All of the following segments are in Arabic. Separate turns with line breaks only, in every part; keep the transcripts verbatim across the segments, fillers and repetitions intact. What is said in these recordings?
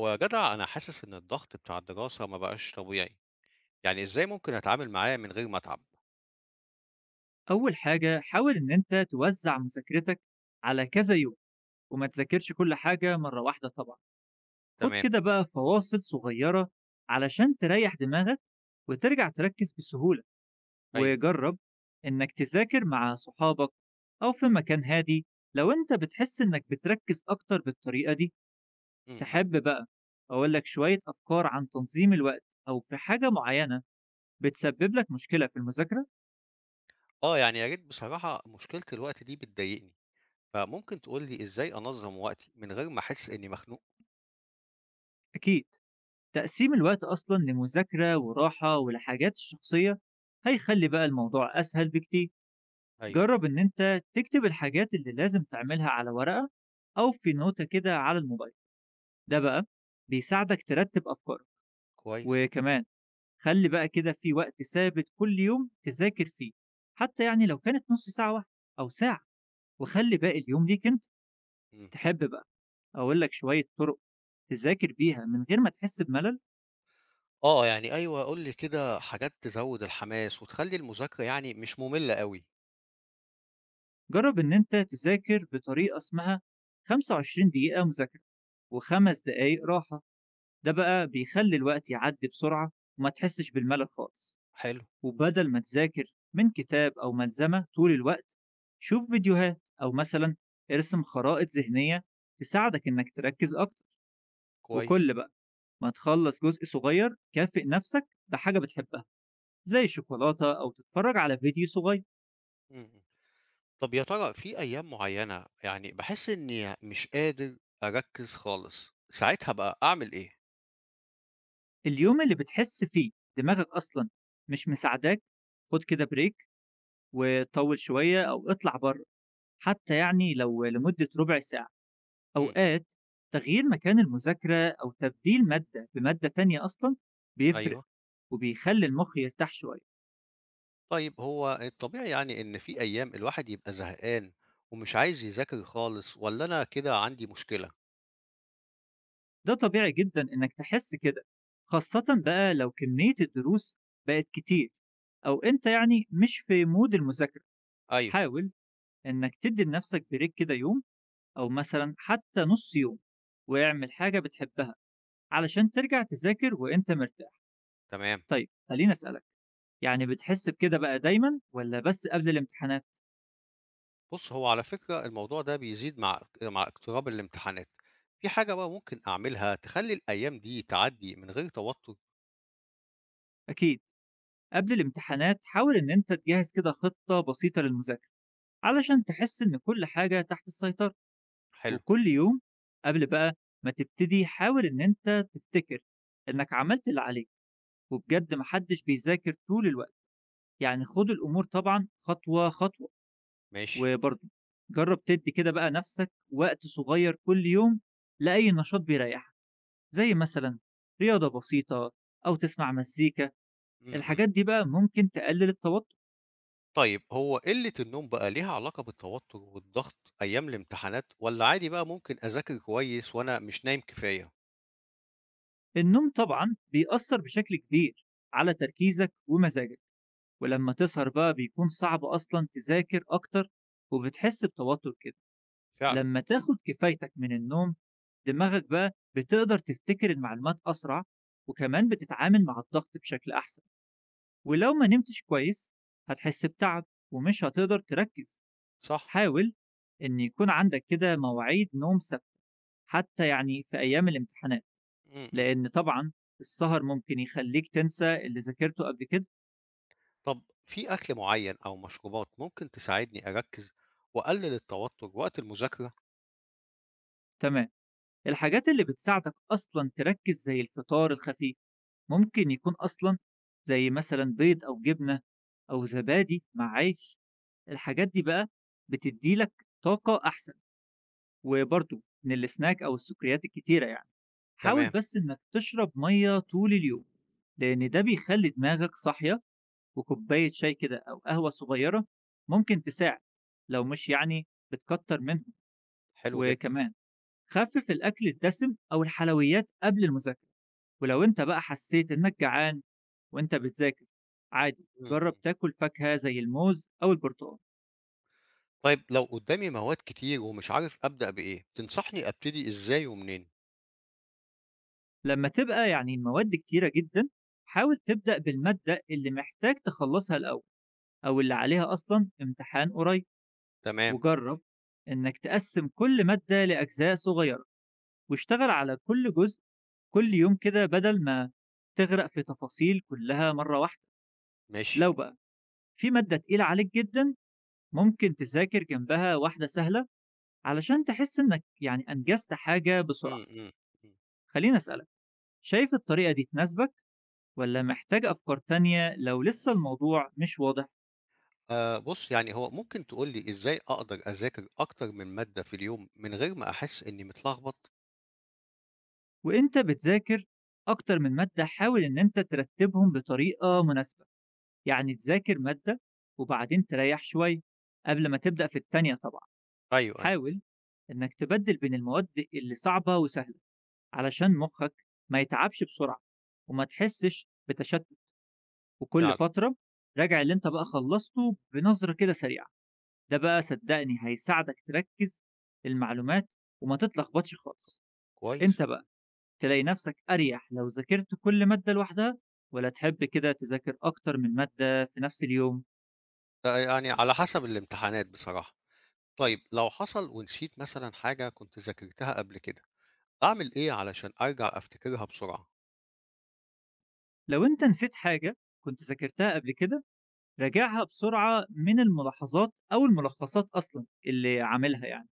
هو يا جدع أنا حاسس إن الضغط بتاع الدراسة ما بقاش طبيعي، يعني إزاي ممكن أتعامل معاه من غير ما أتعب؟
أول حاجة حاول إن أنت توزع مذاكرتك على كذا يوم وما تذاكرش كل حاجة مرة واحدة طبعا. خد
تمام،
كده بقى فواصل صغيرة علشان تريح دماغك وترجع تركز بسهولة.
أيوه،
وجرب إنك تذاكر مع صحابك أو في مكان هادي لو أنت بتحس إنك بتركز أكتر بالطريقة دي.
إمم، إمم.
تحب بقى أقولك شوية أفكار عن تنظيم الوقت أو في حاجة معينة بتسبب لك مشكلة في المذاكرة؟
آه، يعني يا ريت بصراحة مشكلة الوقت دي بتضايقني، فممكن تقول لي إزاي أنظم وقتي من غير ما أحس إني مخنوق؟
أكيد، تقسيم الوقت أصلا لمذاكرة وراحة ولحاجات الشخصية هيخلي بقى الموضوع أسهل بكتير.
أيوه،
جرب إن أنت تكتب الحاجات اللي لازم تعملها على ورقة أو في نوتة كده على الموبايل، ده بقى بيساعدك ترتب أفكارك.
كويس،
وكمان خلي بقى كده في وقت ثابت كل يوم تذاكر فيه، حتى يعني لو كانت نص ساعة واحدة أو ساعة، وخلي باقي اليوم ليك أنت.
إمم.
تحب بقى أقول لك شوية طرق تذاكر بيها من غير ما تحس بملل؟
آه، يعني أيوه قُل لي كده حاجات تزوّد الحماس وتخلّي المذاكرة يعني مش مملة أوي.
جرب إن أنت تذاكر بطريقة اسمها 25 دقيقة مذاكرة وخمس دقايق راحة، ده بقى بيخلي الوقت يعدي بسرعة وما تحسش بالملل خالص.
حلو،
وبدل ما تذاكر من كتاب أو ملزمة طول الوقت شوف فيديوهات أو مثلا ارسم خرائط ذهنية تساعدك إنك تركز أكتر.
كويس،
وكل بقى ما تخلص جزء صغير كافئ نفسك بحاجة بتحبها زي الشوكولاتة أو تتفرج على فيديو صغير.
إمم، إمم. طب يا ترى في أيام معيّنة يعني باحس إني مش قادر أركّز خالص، ساعتها بقى أعمل إيه؟
اليوم اللي بتحس فيه دماغك أصلًا مش مساعداك، خُد كده break وطوّل شوية أو اطلع برّه، حتى يعني لو لمدة ربع ساعة.
إمم، إمم،
أوقات تغيير مكان المذاكرة أو تبديل مادة بمادة تانية أصلًا بيفرق
أيوه.
وبيخلّي المُخ يرتاح شوية.
طيب هو الطبيعي يعني إن في أيام الواحد يبقى زهقان ومش عايز يذاكر خالص والّا أنا كده عندي مشكلة؟
ده طبيعي جدًا إنك تحس كده، خاصةً بقى لو كمية الدروس بقت كتير أو أنت يعني مش في mood المذاكرة.
أيوه،
حاول إنك تدّي لنفسك break كده يوم أو مثلا حتى نص يوم ويعمل حاجة بتحبها علشان ترجع تذاكر وأنت مرتاح.
تمام.
طيب خليني أسألك، يعني بتحس بكده بقى دايما ولا بس قبل الامتحانات؟
بُص، هو على فكرة الموضوع ده بيزيد مع مع اقتراب الامتحانات. في حاجة بقى ممكن أعملها تخلّي الأيام دي تعدّي من غير توتر؟
أكيد، قبل الامتحانات حاول إن أنت تجهز كده خطة بسيطة للمذاكرة علشان تحس إن كل حاجة تحت السيطرة.
حلو،
وكل يوم قبل بقى ما تبتدي حاول إن أنت تفتكر إنك عملت اللي عليك، وبجد محدش بيذاكر طول الوقت، يعني خد الأمور طبعا خطوة خطوة.
ماشي.
وبرضه جرّب تدّي كده بقى نَفْسك وقت صغير كل يوم لأي نشاط بيريّحك، زي مثلًا رياضة بسيطة أو تسمع مزيكا،
إمم، إمم.
الحاجات دي بقى ممكن تقلِّل التوتُّر.
طيب هو قِلّة النوم بقى ليها علاقة بالتوتر والضغط أيام الامتحانات والّا عادي بقى ممكن أذاكر كويس وأنا مش نايم كفاية؟
النوم طبعًا بيأثّر بشكل كبير على تركيزك ومزاجك، ولمّا تسهر بقى بيكون صعب أصلًا تذاكر أكتر وبتحس بتوتُّر كده.
فعلًا،
لمّا تاخُد كفايتك من النوم، دماغك بقى بتقدر تفتكر المعلومات أسرع وكمان بتتعامل مع الضغط بشكل أحسن. ولو ما نمتش كويس هتحس بتعب ومش هتقدر تركز.
صح.
حاول ان يكون عندك كده مواعيد نوم ثابته حتى يعني في ايام الامتحانات،
إمم، إمم.
لان طبعا السهر ممكن يخليك تنسى اللي ذاكرته قبل كده.
طب في أكل معين أو مشروبات ممكن تساعدني أركز وأقلل التوتر وقت المذاكرة؟
تمام، الحاجات اللي بتساعدك اصلا تركز زي الفطار الخفيف، ممكن يكون اصلا زي مثلا بيض او جبنه او زبادي مع عيش، الحاجات دي بقى بتديلك طاقه احسن. وبرضه من السناك أو السكريات الكتيرة، يعني حاول
تمام.
بس إنك تشرب مية طول اليوم لأن ده بيخلي دماغك صاحية. وكوباية شاي كده أو قهوة صغيرة ممكن تساعد لو مش يعني بتكتر منهم.
حلو جدا.
وكمان خفف الأكل الدسم أو الحلويات قبل المذاكرة، ولو أنت بقى حسيت إنك جعان وأنت بتذاكر عادي
مم،
جرب
مم.
تاكل فاكهة زي الموز أو البرتقال.
طيب لو قدامي مواد كتير ومش عارف أبدأ بإيه تنصحني أبتدي إزاي ومنين؟
لما تبقى يعني المواد كتيرة جدا حاول تبدأ بالمادة اللي محتاج تخلصها الأول أو اللي عليها أصلا امتحان قريب.
تمام.
وجرب إنك تقسم كل مادة لأجزاء صغيرة واشتغل على كل جزء كل يوم كده، بدل ما تغرق في تفاصيل كلها مرة واحدة.
ماشي.
لو بقى في مادة تقيلة عليك جدا ممكن تذاكر جنبها واحدة سهلة علشان تحس إنك يعني أنجزت حاجة بسرعة.
مم، مم، مم.
خليني أسألك، شايف الطريقة دي تناسبك؟ ولا محتاج أفكار تانية لو لسه الموضوع مش واضح؟
آه بص يعني هو ممكن تقولي إزاي أقدر أذاكر أكتر من مادة في اليوم من غير ما أحس إني متلخبط؟
وإنت بتذاكر أكتر من مادة حاول إن إنت ترتبهم بطريقة مناسبة، يعني تذاكر مادة وبعدين تريح شوية قبل ما تبدأ في التانية طبعا.
أيوه أيوه.
حاول إنك تبدل بين المواد اللي صعبة وسهلة علشان مخك ما يتعبش بسرعة وما تحسش بتشتت. وكل
فعلا.
فترة راجع اللي إنت بقى خلصته بنظرة كده سريعة، ده بقى صدقني هيساعدك تركز المعلومات وما تتلخبطش خالص. أنت
كويس.
بقى تلاقي نفسك أريح لو ذاكرت كل مادة لوحدها ولا تحب كده تذاكر أكتر من مادة في نفس اليوم؟
ده يعني على حسب الامتحانات بصراحة. طيب لو حصل ونسيت مثلا حاجة كنت ذاكرتها قبل كده أعمل إيه علشان أرجع أفتكرها بسرعة؟
لو أنت نسيت حاجة كنت ذاكرتها قبل كده راجعها بسرعة من الملاحظات أو الملخصات أصلا اللي عاملها، يعني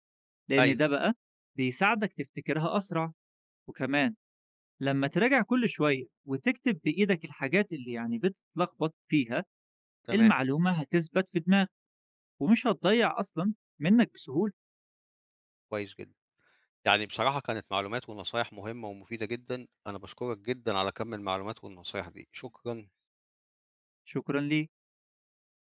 لأن
أيوه،
ده بقى بيساعدك تفتكرها أسرع. وكمان لما تراجع كل شوية وتكتب بإيدك الحاجات اللي يعني بتتلخبط فيها
تمام،
المعلومة هتثبت في دماغك ومش هتضيع أصلا منك بسهولة.
كويس جدًا. يعني بصراحة كانت معلومات ونصايح مهمة ومفيدة جدًا، أنا باشكرك جدًا على كم المعلومات والنصايح دي، شكرًا.
شكرا ليك.